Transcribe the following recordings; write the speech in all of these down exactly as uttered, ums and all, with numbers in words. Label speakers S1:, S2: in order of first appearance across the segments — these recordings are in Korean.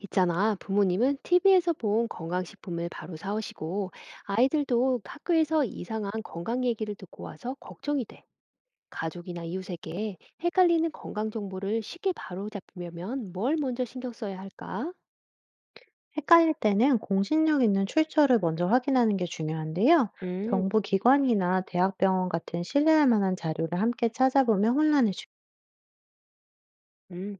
S1: 있잖아, 부모님은 티비에서 본 건강식품을 바로 사오시고, 아이들도 학교에서 이상한 건강 얘기를 듣고 와서 걱정이 돼. 가족이나 이웃에게 헷갈리는 건강 정보를 쉽게 바로 잡으려면 뭘 먼저 신경 써야 할까?
S2: 헷갈릴 때는 공신력 있는 출처를 먼저 확인하는 게 중요한데요.
S1: 음,
S2: 정부 기관이나 대학병원 같은 신뢰할 만한 자료를 함께 찾아보면 혼란을 줄.
S1: 음,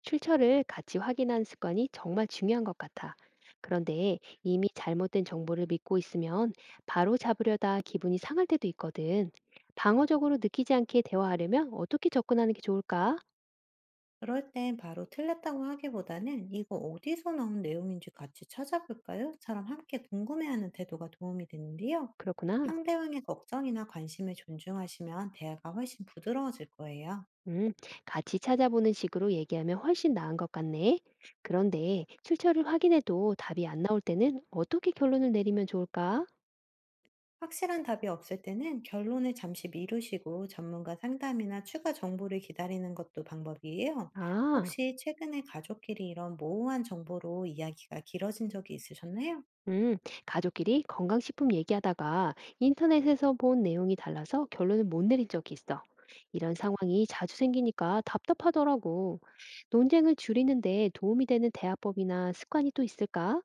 S1: 출처를 같이 확인하는 습관이 정말 중요한 것 같아. 그런데 이미 잘못된 정보를 믿고 있으면 바로 잡으려다 기분이 상할 때도 있거든. 방어적으로 느끼지 않게 대화하려면 어떻게 접근하는 게 좋을까?
S2: 그럴 땐 바로 틀렸다고 하기보다는 "이거 어디서 나온 내용인지 같이 찾아볼까요? 처럼 함께 궁금해하는 태도가 도움이 되는데요.
S1: 그렇구나.
S2: 상대방의 걱정이나 관심을 존중하시면 대화가 훨씬 부드러워질 거예요.
S1: 음, 같이 찾아보는 식으로 얘기하면 훨씬 나은 것 같네. 그런데 출처를 확인해도 답이 안 나올 때는 어떻게 결론을 내리면 좋을까?
S2: 확실한 답이 없을 때는 결론을 잠시 미루시고 전문가 상담이나 추가 정보를 기다리는 것도 방법이에요.
S1: 아,
S2: 혹시 최근에 가족끼리 이런 모호한 정보로 이야기가 길어진 적이 있으셨나요?
S1: 음, 가족끼리 건강식품 얘기하다가 인터넷에서 본 내용이 달라서 결론을 못 내린 적이 있어. 이런 상황이 자주 생기니까 답답하더라고. 논쟁을 줄이는데 도움이 되는 대화법이나 습관이 또 있을까?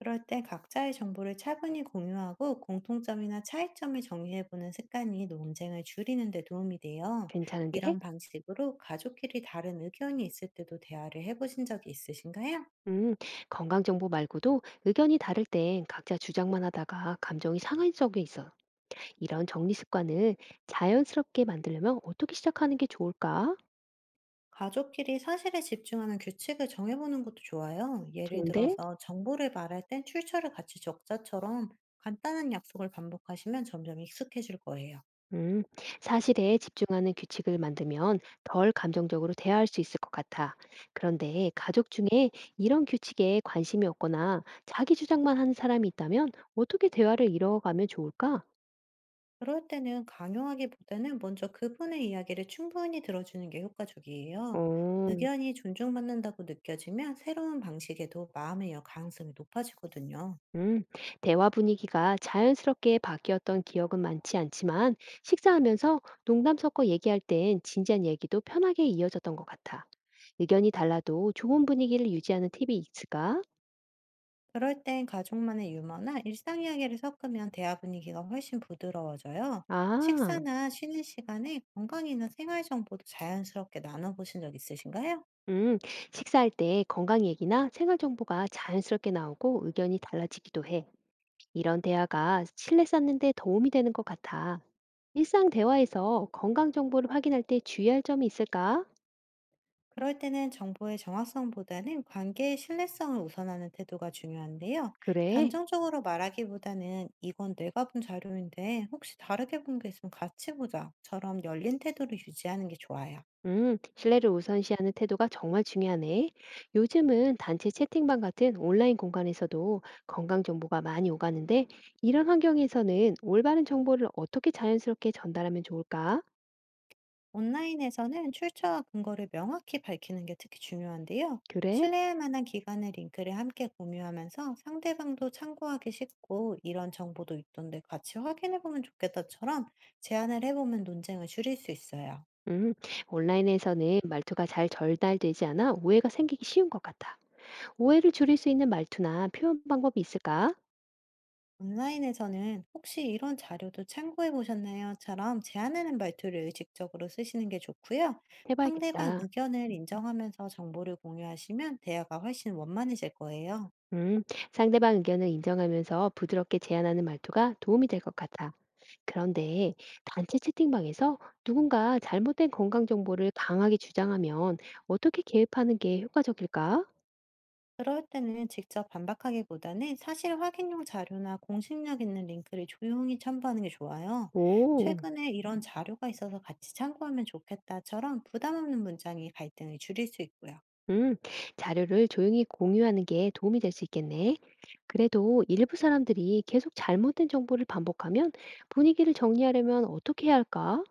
S2: 그럴 때 각자의 정보를 차분히 공유하고 공통점이나 차이점을 정리해보는 습관이 논쟁을 줄이는 데 도움이 돼요.
S1: 괜찮은데?
S2: 이런 방식으로 가족끼리 다른 의견이 있을 때도 대화를 해보신 적이 있으신가요?
S1: 음, 건강 정보 말고도 의견이 다를 땐 각자 주장만 하다가 감정이 상한 적이 있어. 이런 정리 습관을 자연스럽게 만들려면 어떻게 시작하는 게 좋을까?
S2: 가족끼리 사실에 집중하는 규칙을 정해보는 것도 좋아요. 예를
S1: 좋은데?
S2: 들어서 "정보를 말할 땐 출처를 같이 적자처럼 간단한 약속을 반복하시면 점점 익숙해질 거예요.
S1: 음, 사실에 집중하는 규칙을 만들면 덜 감정적으로 대화할 수 있을 것 같아. 그런데 가족 중에 이런 규칙에 관심이 없거나 자기 주장만 하는 사람이 있다면 어떻게 대화를 이뤄가면 좋을까?
S2: 그럴 때는 강요하기보다는 먼저 그분의 이야기를 충분히 들어주는 게 효과적이에요.
S1: 어.
S2: 의견이 존중받는다고 느껴지면 새로운 방식에도 마음의 여 가능성이 높아지거든요.
S1: 음, 대화 분위기가 자연스럽게 바뀌었던 기억은 많지 않지만 식사하면서 농담 섞어 얘기할 땐 진지한 얘기도 편하게 이어졌던 것 같아. 의견이 달라도 좋은 분위기를 유지하는 팁이 있을까?
S2: 그럴 땐 가족만의 유머나 일상 이야기를 섞으면 대화 분위기가 훨씬 부드러워져요.
S1: 아,
S2: 식사나 쉬는 시간에 건강이나 생활 정보도 자연스럽게 나눠보신 적 있으신가요?
S1: 음, 식사할 때 건강 얘기나 생활 정보가 자연스럽게 나오고 의견이 달라지기도 해. 이런 대화가 신뢰 쌓는 데 도움이 되는 것 같아. 일상 대화에서 건강 정보를 확인할 때 주의할 점이 있을까?
S2: 그럴 때는 정보의 정확성보다는 관계의 신뢰성을 우선하는 태도가 중요한데요.
S1: 그래.
S2: 단정적으로 말하기보다는 "이건 내가 본 자료인데 혹시 다르게 본 게 있으면 같이 보자처럼 열린 태도를 유지하는 게 좋아요.
S1: 음, 신뢰를 우선시하는 태도가 정말 중요하네. 요즘은 단체 채팅방 같은 온라인 공간에서도 건강 정보가 많이 오가는데, 이런 환경에서는 올바른 정보를 어떻게 자연스럽게 전달하면 좋을까?
S2: 온라인에서는 출처와 근거를 명확히 밝히는 게 특히 중요한데요.
S1: 그래?
S2: 신뢰할 만한 기관의 링크를 함께 공유하면서 상대방도 참고하기 쉽고, "이런 정보도 있던데 같이 확인해보면 좋겠다처럼 제안을 해보면 논쟁을 줄일 수 있어요.
S1: 음, 온라인에서는 말투가 잘 전달되지 않아 오해가 생기기 쉬운 것 같아. 오해를 줄일 수 있는 말투나 표현 방법이 있을까?
S2: 온라인에서는 "혹시 이런 자료도 참고해보셨나요?"처럼 제안하는 말투를 의식적으로 쓰시는 게 좋고요. 상대방
S1: 해봐야겠다.
S2: 의견을 인정하면서 정보를 공유하시면 대화가 훨씬 원만해질 거예요.
S1: 음, 상대방 의견을 인정하면서 부드럽게 제안하는 말투가 도움이 될 것 같아. 그런데 단체 채팅방에서 누군가 잘못된 건강 정보를 강하게 주장하면 어떻게 개입하는 게 효과적일까?
S2: 그럴 때는 직접 반박하기보다는 사실 확인용 자료나 공식력 있는 링크를 조용히 첨부하는 게 좋아요.
S1: 오,
S2: "최근에 이런 자료가 있어서 같이 참고하면 좋겠다처럼 부담 없는 문장이 갈등을 줄일 수 있고요.
S1: 음, 자료를 조용히 공유하는 게 도움이 될 수 있겠네. 그래도 일부 사람들이 계속 잘못된 정보를 반복하면 분위기를 정리하려면 어떻게 해야 할까?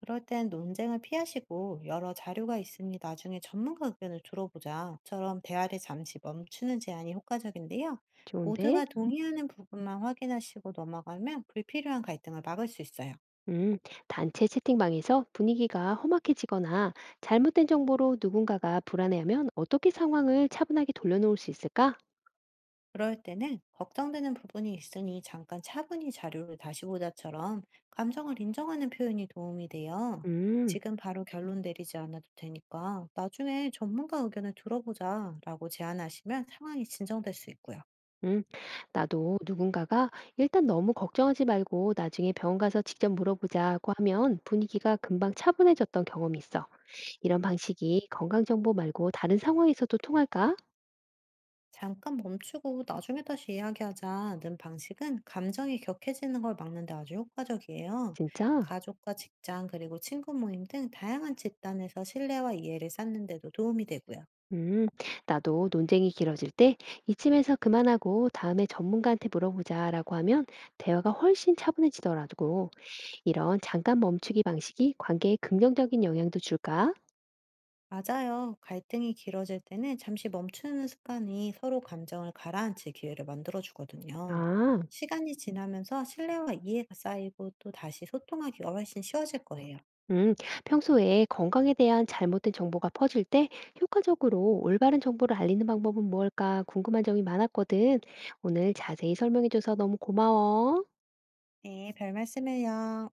S2: 그럴 땐 논쟁을 피하시고 "여러 자료가 있으니 나중에 전문가 의견을 들어보자처럼 대화를 잠시 멈추는 제안이 효과적인데요.
S1: 좋은데?
S2: 모두가 동의하는 부분만 확인하시고 넘어가면 불필요한 갈등을 막을 수 있어요.
S1: 음, 단체 채팅방에서 분위기가 험악해지거나 잘못된 정보로 누군가가 불안해하면 어떻게 상황을 차분하게 돌려놓을 수 있을까?
S2: 그럴 때는 "걱정되는 부분이 있으니 잠깐 차분히 자료를 다시 보자처럼 감정을 인정하는 표현이 도움이 돼요.
S1: 음.
S2: "지금 바로 결론 내리지 않아도 되니까 나중에 전문가 의견을 들어보자 라고 제안하시면 상황이 진정될 수 있고요.
S1: 음, 나도 누군가가 일단 너무 걱정하지 말고 나중에 병원 가서 직접 물어보자고 하면 분위기가 금방 차분해졌던 경험이 있어. 이런 방식이 건강정보 말고 다른 상황에서도 통할까?
S2: 잠깐 멈추고 나중에 다시 이야기하자는 방식은 감정이 격해지는 걸 막는데 아주 효과적이에요.
S1: 진짜?
S2: 가족과 직장 그리고 친구 모임 등 다양한 집단에서 신뢰와 이해를 쌓는 데도 도움이 되고요.
S1: 음, 나도 논쟁이 길어질 때 이쯤에서 그만하고 다음에 전문가한테 물어보자라고 하면 대화가 훨씬 차분해지더라고. 이런 잠깐 멈추기 방식이 관계에 긍정적인 영향도 줄까?
S2: 맞아요. 갈등이 길어질 때는 잠시 멈추는 습관이 서로 감정을 가라앉힐 기회를 만들어주거든요.
S1: 아.
S2: 시간이 지나면서 신뢰와 이해가 쌓이고 또 다시 소통하기가 훨씬 쉬워질 거예요.
S1: 음, 평소에 건강에 대한 잘못된 정보가 퍼질 때 효과적으로 올바른 정보를 알리는 방법은 뭘까 궁금한 점이 많았거든. 오늘 자세히 설명해줘서 너무 고마워.
S2: 네, 별 말씀을요.